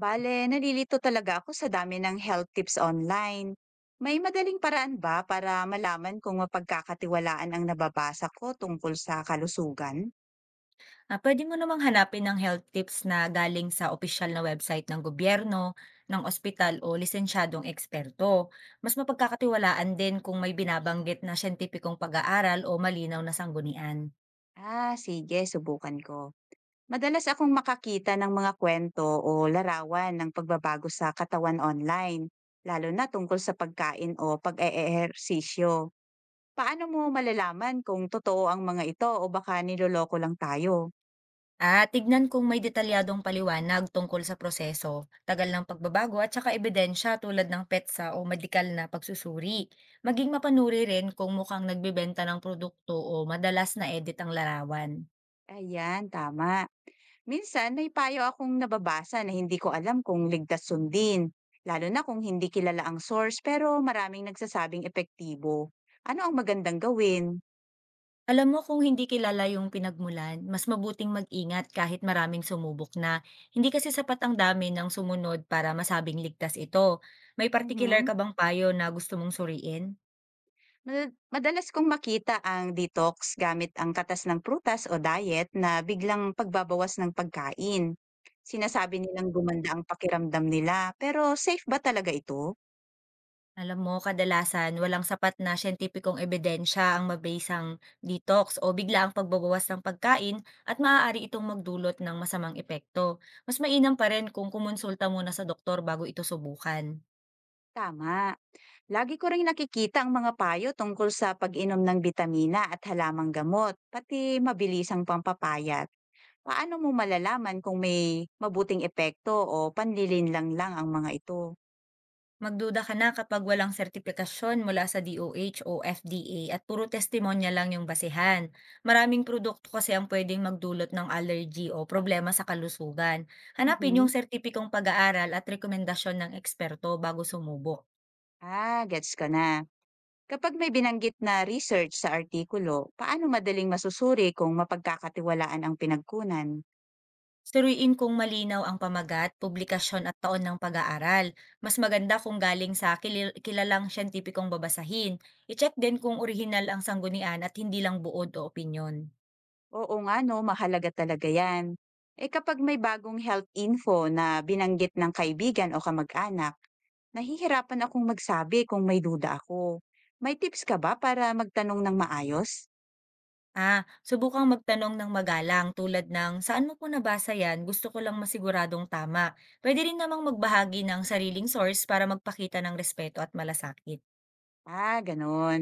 Bale, nalilito talaga ako sa dami ng health tips online. May madaling paraan ba para malaman kung mapagkakatiwalaan ang nababasa ko tungkol sa kalusugan? Ah, puwede mo namang hanapin ng health tips na galing sa opisyal na website ng gobyerno, ng ospital o lisensyadong eksperto. Mas mapagkakatiwalaan din kung may binabanggit na siyentipikong pag-aaral o malinaw na sanggunian. Ah, sige, subukan ko. Madalas akong makakita ng mga kwento o larawan ng pagbabago sa katawan online, lalo na tungkol sa pagkain o pag-eehersisyo. Paano mo malalaman kung totoo ang mga ito o baka niloloko lang tayo? At tignan kung may detalyadong paliwanag tungkol sa proseso, tagal ng pagbabago at saka ebidensya tulad ng petsa o medikal na pagsusuri. Maging mapanuri rin kung mukhang nagbebenta ng produkto o madalas na edit ang larawan. Ayan, tama. Minsan may payo akong nababasa na hindi ko alam kung ligtas sundin, lalo na kung hindi kilala ang source pero maraming nagsasabing epektibo. Ano ang magandang gawin? Alam mo kung hindi kilala yung pinagmulan, mas mabuting mag-ingat kahit maraming sumubok na. Hindi kasi sapat ang dami ng sumunod para masabing ligtas ito. May particular Mhm. ka bang payo na gusto mong suriin? Mada- Madalas kong makita ang detox gamit ang katas ng prutas o diet na biglang pagbabawas ng pagkain. Sinasabi nilang gumanda ang pakiramdam nila pero safe ba talaga ito? Alam mo, kadalasan walang sapat na siyentipikong ebidensya ang mabisang detox o bigla ang pagbabawas ng pagkain at maaari itong magdulot ng masamang epekto. Mas mainam pa rin kung kumonsulta muna sa doktor bago ito subukan. Tama. Lagi ko ring nakikita ang mga payo tungkol sa pag-inom ng bitamina at halamang gamot, pati mabilisang pampapayat. Paano mo malalaman kung may mabuting epekto o panlilinlang lang ang mga ito? Magduda ka na kapag walang sertipikasyon mula sa DOH o FDA at puro testimonya lang yung basehan. Maraming produkto kasi ang pwedeng magdulot ng allergy o problema sa kalusugan. Hanapin yung Mhm. sertipikong pag-aaral at rekomendasyon ng eksperto bago sumubok. Ah, gets ko na. Kapag may binanggit na research sa artikulo, paano madaling masusuri kung mapagkakatiwalaan ang pinagkunan? Suriin kung malinaw ang pamagat, publikasyon at taon ng pag-aaral. Mas maganda kung galing sa kilalang siyentipikong babasahin. I-check din kung orihinal ang sanggunian at hindi lang buod o opinyon. Oo nga no, mahalaga talaga yan. Eh kapag may bagong health info na binanggit ng kaibigan o kamag-anak, nahihirapan akong magsabi kung may duda ako. May tips ka ba para magtanong ng maayos? Subukang magtanong ng magalang tulad ng, "Saan mo po nabasa yan? Gusto ko lang masiguradong tama." Pwede rin namang magbahagi ng sariling source para magpakita ng respeto at malasakit. Ah, ganun.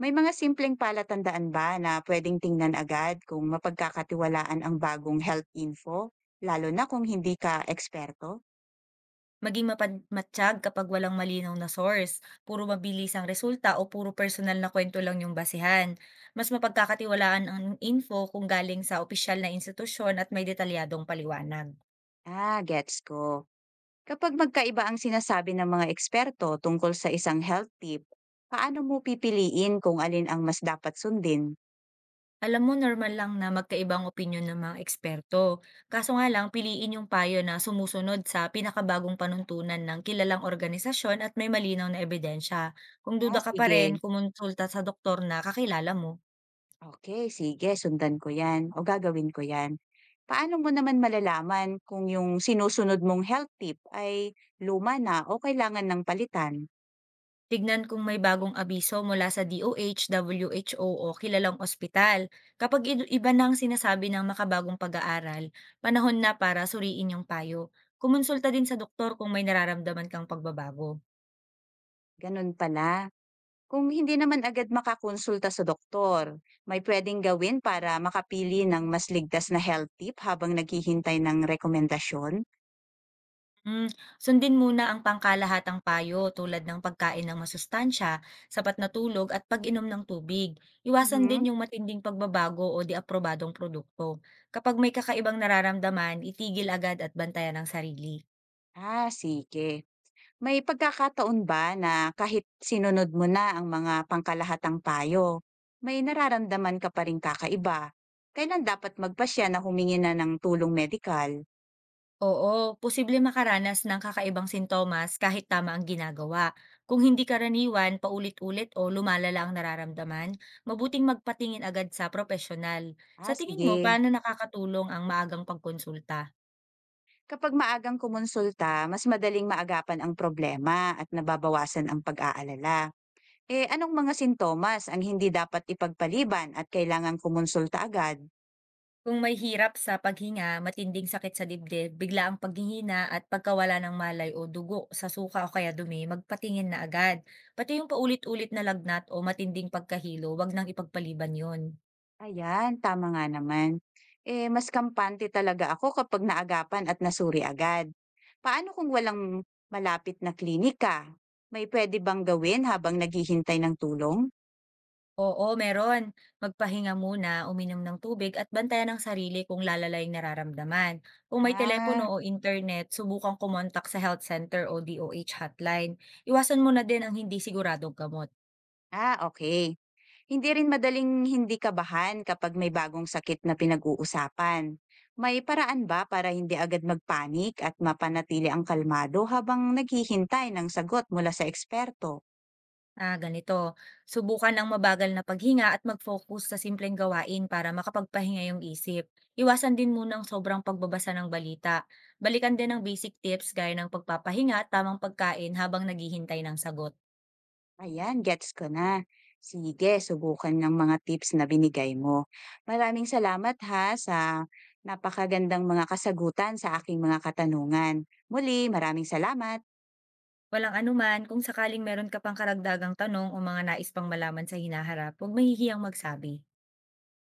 May mga simpleng palatandaan ba na pwedeng tingnan agad kung mapagkakatiwalaan ang bagong health info, lalo na kung hindi ka eksperto? Maging mapagmatsyag kapag walang malinaw na source, puro mabilis ang resulta o puro personal na kwento lang yung basihan. Mas mapagkakatiwalaan ang info kung galing sa opisyal na institusyon at may detalyadong paliwanag. Ah, gets ko. Kapag magkaiba ang sinasabi ng mga eksperto tungkol sa isang health tip, paano mo pipiliin kung alin ang mas dapat sundin? Alam mo normal lang na magkaibang opinyon ng mga eksperto. Kaso nga lang piliin yung payo na sumusunod sa pinakabagong panuntunan ng kilalang organisasyon at may malinaw na ebidensya. Kung duda Ah, ka pa rin, sige. kumonsulta sa doktor na kakilala mo. Okay, sige sundan ko 'yan o gagawin ko 'yan. Paano mo naman malalaman kung yung sinusunod mong health tip ay luma na o kailangan ng palitan? Tignan kung may bagong abiso mula sa DOH, WHO o o kilalang ospital. Kapag iba na ang sinasabi ng makabagong pag-aaral, panahon na para suriin yung payo. Kumonsulta din sa doktor kung may nararamdaman kang pagbabago. Ganun pala. Kung hindi naman agad makakonsulta sa doktor, may pwedeng gawin para makapili ng mas ligtas na health tip habang naghihintay ng rekomendasyon? Hmm, sundin muna ang pangkalahatang payo tulad ng pagkain ng masustansya, sapat na tulog at pag-inom ng tubig. Iwasan Mhm. din yung matinding pagbabago o diaprobadong produkto. Kapag may kakaibang nararamdaman, itigil agad at bantayan ang sarili. Ah, sige. May pagkakataon ba na kahit sinunod mo na ang mga pangkalahatang payo, may nararamdaman ka pa ring kakaiba? Kailan dapat magpasya na humingi na ng tulong medikal? Oo, posible makaranas ng kakaibang sintomas kahit tama ang ginagawa. Kung hindi karaniwan, paulit-ulit o lumalala ang nararamdaman, mabuting magpatingin agad sa profesional. Sa Ah, tingin mo, sige. paano nakakatulong ang maagang pagkonsulta? Kapag maagang kumonsulta, mas madaling maagapan ang problema at nababawasan ang pag-aalala. Eh, anong mga sintomas ang hindi dapat ipagpaliban at kailangan kumonsulta agad? Kung may hirap sa paghinga, matinding sakit sa dibdib, bigla ang paghihina at pagkawala ng malay o dugo sa suka o kaya dumi, magpatingin na agad. Pati yung paulit-ulit na lagnat o matinding pagkahilo, wag nang ipagpaliban yon. Ayan, tama nga naman. Eh, mas kampante talaga ako kapag naagapan at nasuri agad. Paano kung walang malapit na klinika? May pwede bang gawin habang naghihintay ng tulong? Oo, meron. Magpahinga muna, uminom ng tubig at bantayan ang sarili kung lalala yung nararamdaman. Kung may telepono Ah, o internet, subukan kumontak sa health center o DOH hotline. Iwasan mo na din ang hindi siguradong gamot. ah, okay. Hindi rin madaling hindi kabahan kapag may bagong sakit na pinag-uusapan. May paraan ba para hindi agad magpanik at mapanatili ang kalmado habang naghihintay ng sagot mula sa eksperto? Ganito. Subukan ng mabagal na paghinga at mag-focus sa simpleng gawain para makapagpahinga yung isip. Iwasan din muna ang sobrang pagbabasa ng balita. Balikan din ang basic tips gaya ng pagpapahinga at tamang pagkain habang naghihintay ng sagot. Ayan, gets ko na. Sige, subukan ng mga tips na binigay mo. Maraming salamat ha sa napakagandang mga kasagutan sa aking mga katanungan. Muli, maraming salamat. Walang anuman, kung sakaling meron ka pang karagdagang tanong o mga nais pang malaman sa hinaharap, huwag mahihiyang magsabi.